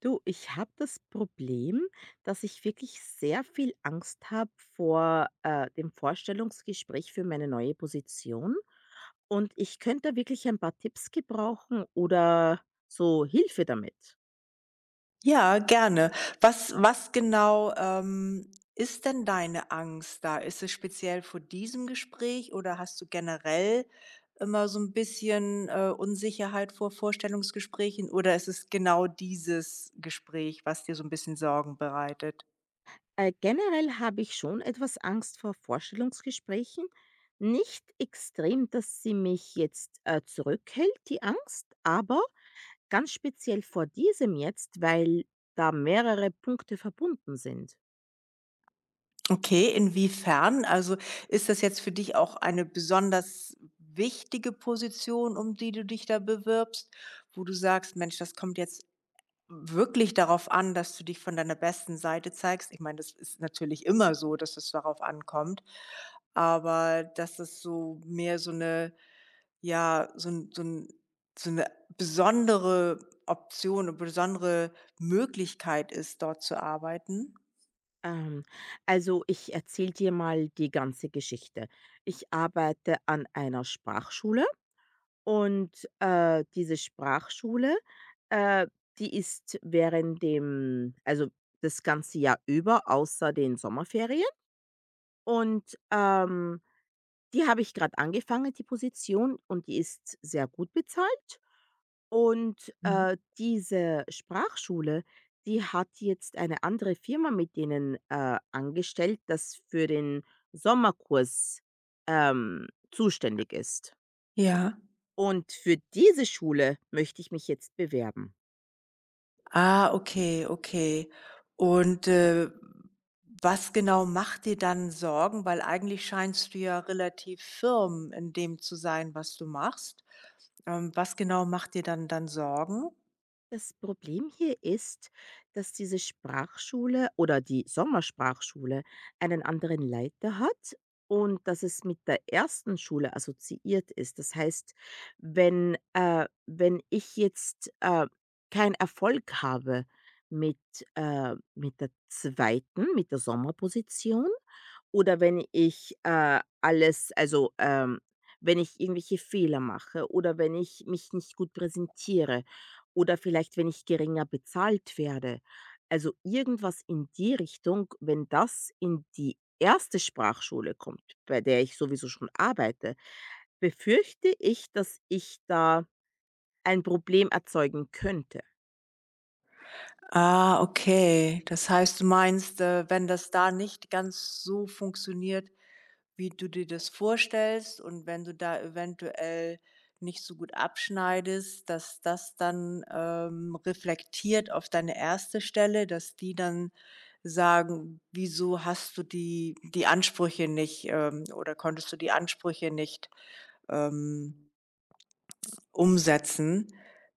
Du, ich habe das Problem, dass ich wirklich sehr viel Angst habe vor dem Vorstellungsgespräch für meine neue Position. Und ich könnte da wirklich ein paar Tipps gebrauchen oder so Hilfe damit. Ja, gerne. Was genau, ist denn deine Angst da? Ist es speziell vor diesem Gespräch oder hast du generell immer so ein bisschen, Unsicherheit vor Vorstellungsgesprächen oder ist es genau dieses Gespräch, was dir so ein bisschen Sorgen bereitet? Generell habe ich schon etwas Angst vor Vorstellungsgesprächen. Nicht extrem, dass sie mich jetzt zurückhält, die Angst, aber ganz speziell vor diesem jetzt, weil da mehrere Punkte verbunden sind. Okay, inwiefern? Also, ist das jetzt für dich auch eine besonders wichtige Position, um die du dich da bewirbst, wo du sagst: „Mensch, das kommt jetzt wirklich darauf an, dass du dich von deiner besten Seite zeigst. Ich meine, das ist natürlich immer so, dass es darauf ankommt, aber dass es so mehr so eine ja, so 'ne besondere Option, eine besondere Möglichkeit ist, dort zu arbeiten?“ Ähm, also ich erzähle dir mal die ganze Geschichte. Ich arbeite an einer Sprachschule und diese Sprachschule, äh, die ist während dem, also das ganze Jahr über, außer den Sommerferien. Und die habe ich gerade angefangen, die Position, und die ist sehr gut bezahlt. Und, Mhm. Diese Sprachschule, die hat jetzt eine andere Firma mit denen, angestellt, das für den Sommerkurs, zuständig ist. Ja. Und für diese Schule möchte ich mich jetzt bewerben. Ah, okay, okay. Und, was genau macht dir dann Sorgen? Weil eigentlich scheinst du ja relativ firm in dem zu sein, was du machst. Was genau macht dir dann Sorgen? Das Problem hier ist, dass diese Sprachschule oder die Sommersprachschule einen anderen Leiter hat und dass es mit der ersten Schule assoziiert ist. Das heißt, wenn ich jetzt keinen Erfolg habe mit, mit der zweiten, mit der Sommerposition, oder wenn ich, alles also, wenn ich irgendwelche Fehler mache oder wenn ich mich nicht gut präsentiere oder vielleicht, wenn ich geringer bezahlt werde. Also, irgendwas in die Richtung, wenn das in die erste Sprachschule kommt, bei der ich sowieso schon arbeite, befürchte ich, dass ich da ein Problem erzeugen könnte. Ah, okay. Das heißt, du meinst, wenn das da nicht ganz so funktioniert, wie du dir das vorstellst und wenn du da eventuell nicht so gut abschneidest, dass das dann, reflektiert auf deine erste Stelle, dass die dann sagen: „Wieso hast du die Ansprüche nicht, oder konntest du die Ansprüche nicht, ähm, umsetzen,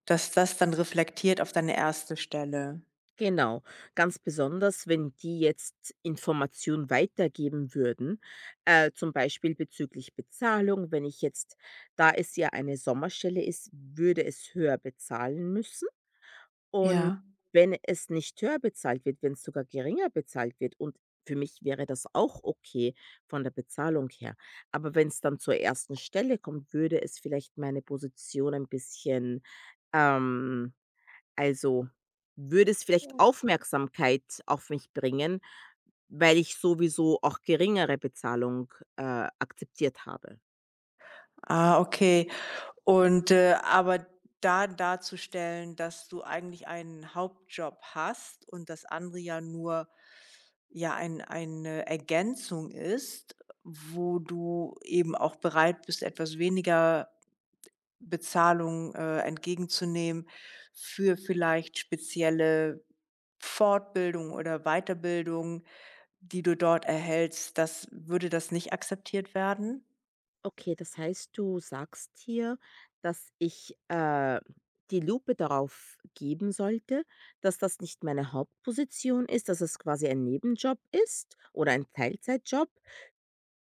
dass das dann reflektiert auf deine erste Stelle?“ Genau, ganz besonders, wenn die jetzt Informationen weitergeben würden, zum Beispiel bezüglich Bezahlung. Wenn ich jetzt da es ja eine Sommerstelle ist, würde es höher bezahlen müssen. Und Ja. wenn es nicht höher bezahlt wird, wenn es sogar geringer bezahlt wird und für mich wäre das auch okay von der Bezahlung her. Aber wenn es dann zur ersten Stelle kommt, würde es vielleicht meine Position ein bisschen, ähm also, würde es vielleicht Aufmerksamkeit auf mich bringen, weil ich sowieso auch geringere Bezahlung, akzeptiert habe. Ah, okay. Und, aber da darzustellen, dass du eigentlich einen Hauptjob hast und das andere ja nur, ja, eine Ergänzung ist, wo du eben auch bereit bist, etwas weniger Bezahlung, entgegenzunehmen für vielleicht spezielle Fortbildung oder Weiterbildung, die du dort erhältst. Das würde das nicht akzeptiert werden? Okay, das heißt, du sagst hier, dass ich, die Lupe darauf geben sollte, dass das nicht meine Hauptposition ist, dass es quasi ein Nebenjob ist oder ein Teilzeitjob.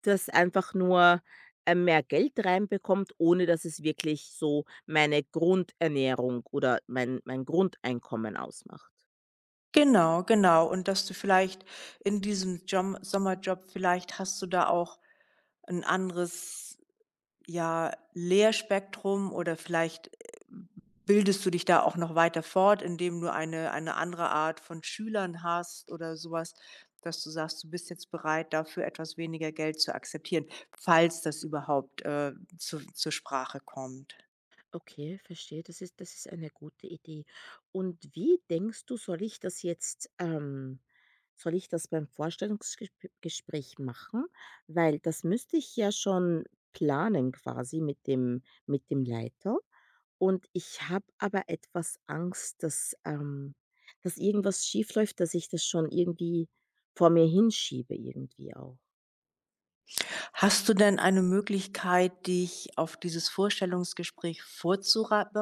Das einfach nur, mehr Geld reinbekommt, ohne dass es wirklich so meine Grundernährung oder mein Grundeinkommen ausmacht. Genau, genau. Und dass du vielleicht in diesem Jom Sommerjob, vielleicht hast du da auch ein anderes, ja, Lehrspektrum oder vielleicht, bildest du dich da auch noch weiter fort, indem du eine andere Art von Schülern hast oder sowas, dass du sagst, du bist jetzt bereit, dafür etwas weniger Geld zu akzeptieren, falls das überhaupt, zu zur Sprache kommt. Okay, verstehe. Das ist eine gute Idee. Und wie denkst du, soll ich das jetzt, soll ich das beim Vorstellungsgespräch machen? Weil das müsste ich ja schon planen quasi mit dem Leiter. Und ich habe aber etwas Angst, dass irgendwas schiefläuft, dass ich das schon irgendwie vor mir hinschiebe irgendwie auch. Hast du denn eine Möglichkeit, dich auf dieses Vorstellungsgespräch vorzubereiten?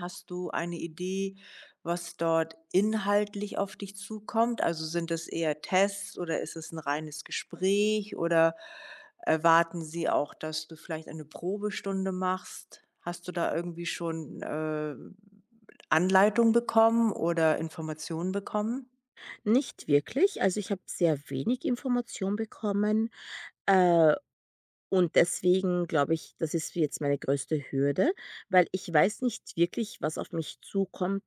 Hast du eine Idee, was dort inhaltlich auf dich zukommt? Also sind das eher Tests oder ist es ein reines Gespräch oder erwarten sie auch, dass du vielleicht eine Probestunde machst? Hast du da irgendwie schon, Anleitung bekommen oder Informationen bekommen? Nicht wirklich, also, ich habe sehr wenig Information bekommen, äh, und deswegen glaube ich, das ist jetzt meine größte Hürde, weil ich weiß nicht wirklich, was auf mich zukommt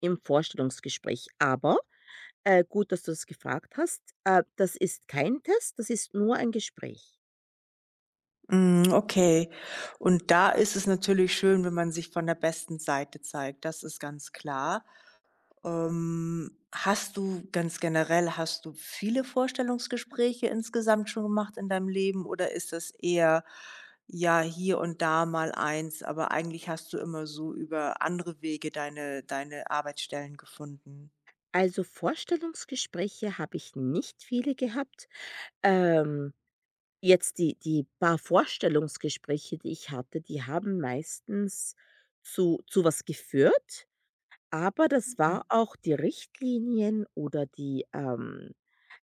im Vorstellungsgespräch. Aber, gut, dass du das gefragt hast, das ist kein Test, das ist nur ein Gespräch. Mhm, okay. Und da ist es natürlich schön, wenn man sich von der besten Seite zeigt. Das ist ganz klar. Hast du ganz generell, hast du viele Vorstellungsgespräche insgesamt schon gemacht in deinem Leben oder ist das eher, ja, hier und da mal eins, aber eigentlich hast du immer so über andere Wege deine Arbeitsstellen gefunden? Also, Vorstellungsgespräche habe ich nicht viele gehabt. Ähm, Jetzt die paar Vorstellungsgespräche, die ich hatte, die haben meistens zu was geführt, aber das Mhm. war auch die Richtlinien oder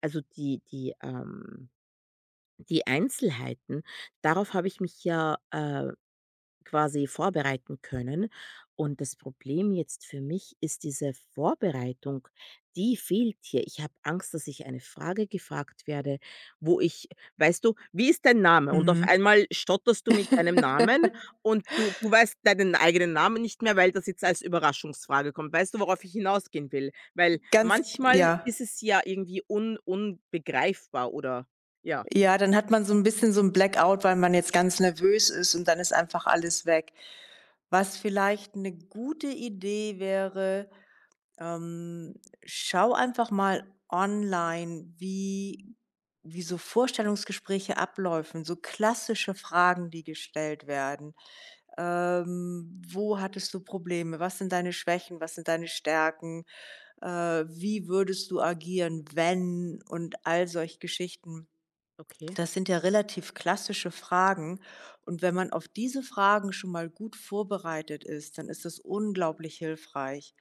also die Einzelheiten. Darauf habe ich mich ja, quasi vorbereiten können. Und das Problem jetzt für mich ist diese Vorbereitung, die fehlt hier. Ich habe Angst, dass ich eine Frage gefragt werde, wo ich weißt du: „Wie ist dein Name?“ Und auf Mhm. einmal stotterst du mit deinem Namen und du weißt deinen eigenen Namen nicht mehr, weil das jetzt als Überraschungsfrage kommt. Weißt du, worauf ich hinausgehen will? Weil Ganz, manchmal ja. ist es ja irgendwie un unbegreifbar oder ja, Ja, dann hat man so ein bisschen so ein Blackout, weil man jetzt ganz nervös ist und dann ist einfach alles weg. Was vielleicht eine gute Idee wäre, ähm, schau einfach mal online, wie so Vorstellungsgespräche ablaufen, so klassische Fragen, die gestellt werden. Wo hattest du Probleme? Was sind deine Schwächen? Was sind deine Stärken? Äh, Wie würdest du agieren, wenn? Und all solche Geschichten. okay, Das sind ja relativ klassische Fragen. Und wenn man auf diese Fragen schon mal gut vorbereitet ist, dann ist das unglaublich hilfreich,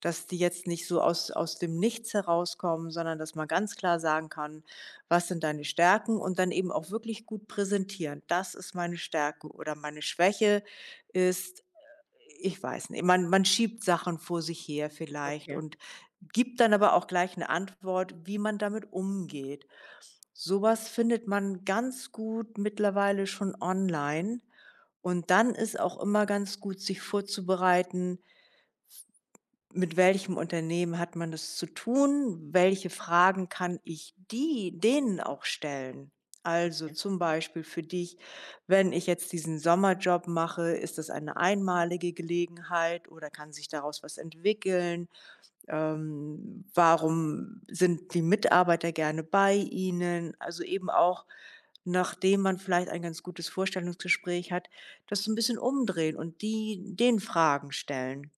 dass die jetzt nicht so aus, aus dem Nichts herauskommen, sondern dass man ganz klar sagen kann, was sind deine Stärken, und dann eben auch wirklich gut präsentieren. Das ist meine Stärke oder meine Schwäche ist, ich weiß nicht, man schiebt Sachen vor sich her vielleicht, okay. und gibt dann aber auch gleich eine Antwort, wie man damit umgeht. Sowas findet man ganz gut mittlerweile schon online. Und dann ist auch immer ganz gut, sich vorzubereiten, mit welchem Unternehmen hat man es zu tun, welche Fragen kann ich die denen auch stellen. Also zum Beispiel für dich, wenn ich jetzt diesen Sommerjob mache, ist das eine einmalige Gelegenheit oder kann sich daraus was entwickeln? Warum sind die Mitarbeiter gerne bei Ihnen? Also eben auch, nachdem man vielleicht ein ganz gutes Vorstellungsgespräch hat, das so 'n bisschen umdrehen und die den Fragen stellen.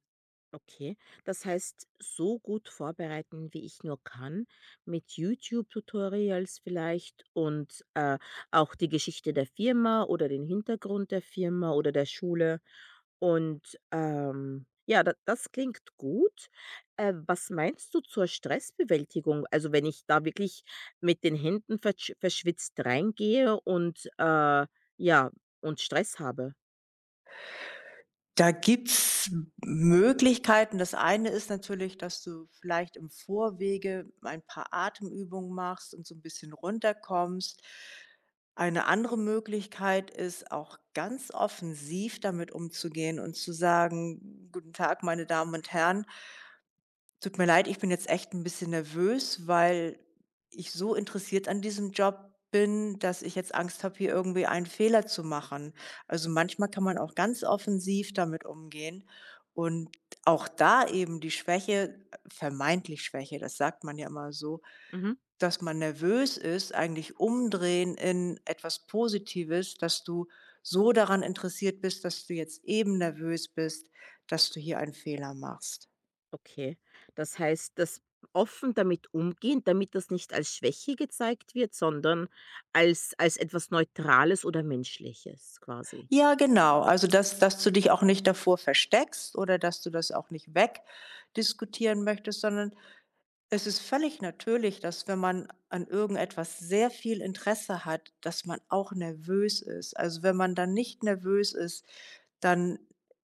Okay, das heißt, so gut vorbereiten, wie ich nur kann, mit YouTube-Tutorials vielleicht und auch die Geschichte der Firma oder den Hintergrund der Firma oder der Schule. Und ja, da, das klingt gut. Was meinst du zur Stressbewältigung? Also wenn ich da wirklich mit den Händen verschwitzt reingehe und ja, und Stress habe. Da gibt's Möglichkeiten. Das eine ist natürlich, dass du vielleicht im Vorwege ein paar Atemübungen machst und so 'n bisschen runterkommst. Eine andere Möglichkeit ist, auch ganz offensiv damit umzugehen und zu sagen: „Guten Tag, meine Damen und Herren, tut mir leid, ich bin jetzt echt ein bisschen nervös, weil ich so interessiert an diesem Job bin, dass ich jetzt Angst habe, hier irgendwie einen Fehler zu machen.“ Also, manchmal kann man auch ganz offensiv damit umgehen und auch da eben die Schwäche, vermeintlich Schwäche, das sagt man ja immer so, Mhm. dass man nervös ist, eigentlich umdrehen in etwas Positives, dass du so daran interessiert bist, dass du jetzt eben nervös bist, dass du hier einen Fehler machst. Okay, das heißt, das offen damit umgehen, damit das nicht als Schwäche gezeigt wird, sondern als etwas Neutrales oder Menschliches quasi. Ja, genau. Also, dass du dich auch nicht davor versteckst oder dass du das auch nicht wegdiskutieren möchtest, sondern es ist völlig natürlich, dass wenn man an irgendetwas sehr viel Interesse hat, dass man auch nervös ist. Also, wenn man dann nicht nervös ist, dann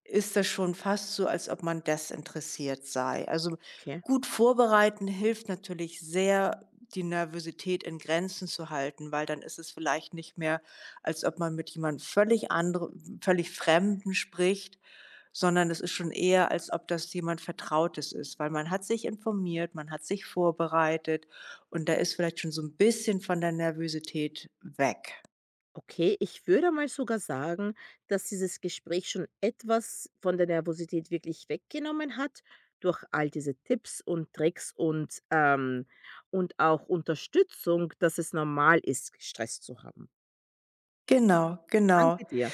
ist das schon fast so, als ob man desinteressiert sei. Also, Okay. gut vorbereiten hilft natürlich sehr, die Nervosität in Grenzen zu halten, weil dann ist es vielleicht nicht mehr, als ob man mit jemandem völlig Fremden spricht, sondern es ist schon eher, als ob das jemand Vertrautes ist, weil man hat sich informiert, man hat sich vorbereitet und da ist vielleicht schon so ein bisschen von der Nervosität weg. Okay, ich würde mal sogar sagen, dass dieses Gespräch schon etwas von der Nervosität wirklich weggenommen hat durch all diese Tipps und Tricks und auch Unterstützung, dass es normal ist, Stress zu haben. Genau, genau. Danke dir.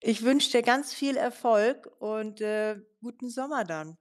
Ich wünsche dir ganz viel Erfolg und, guten Sommer dann.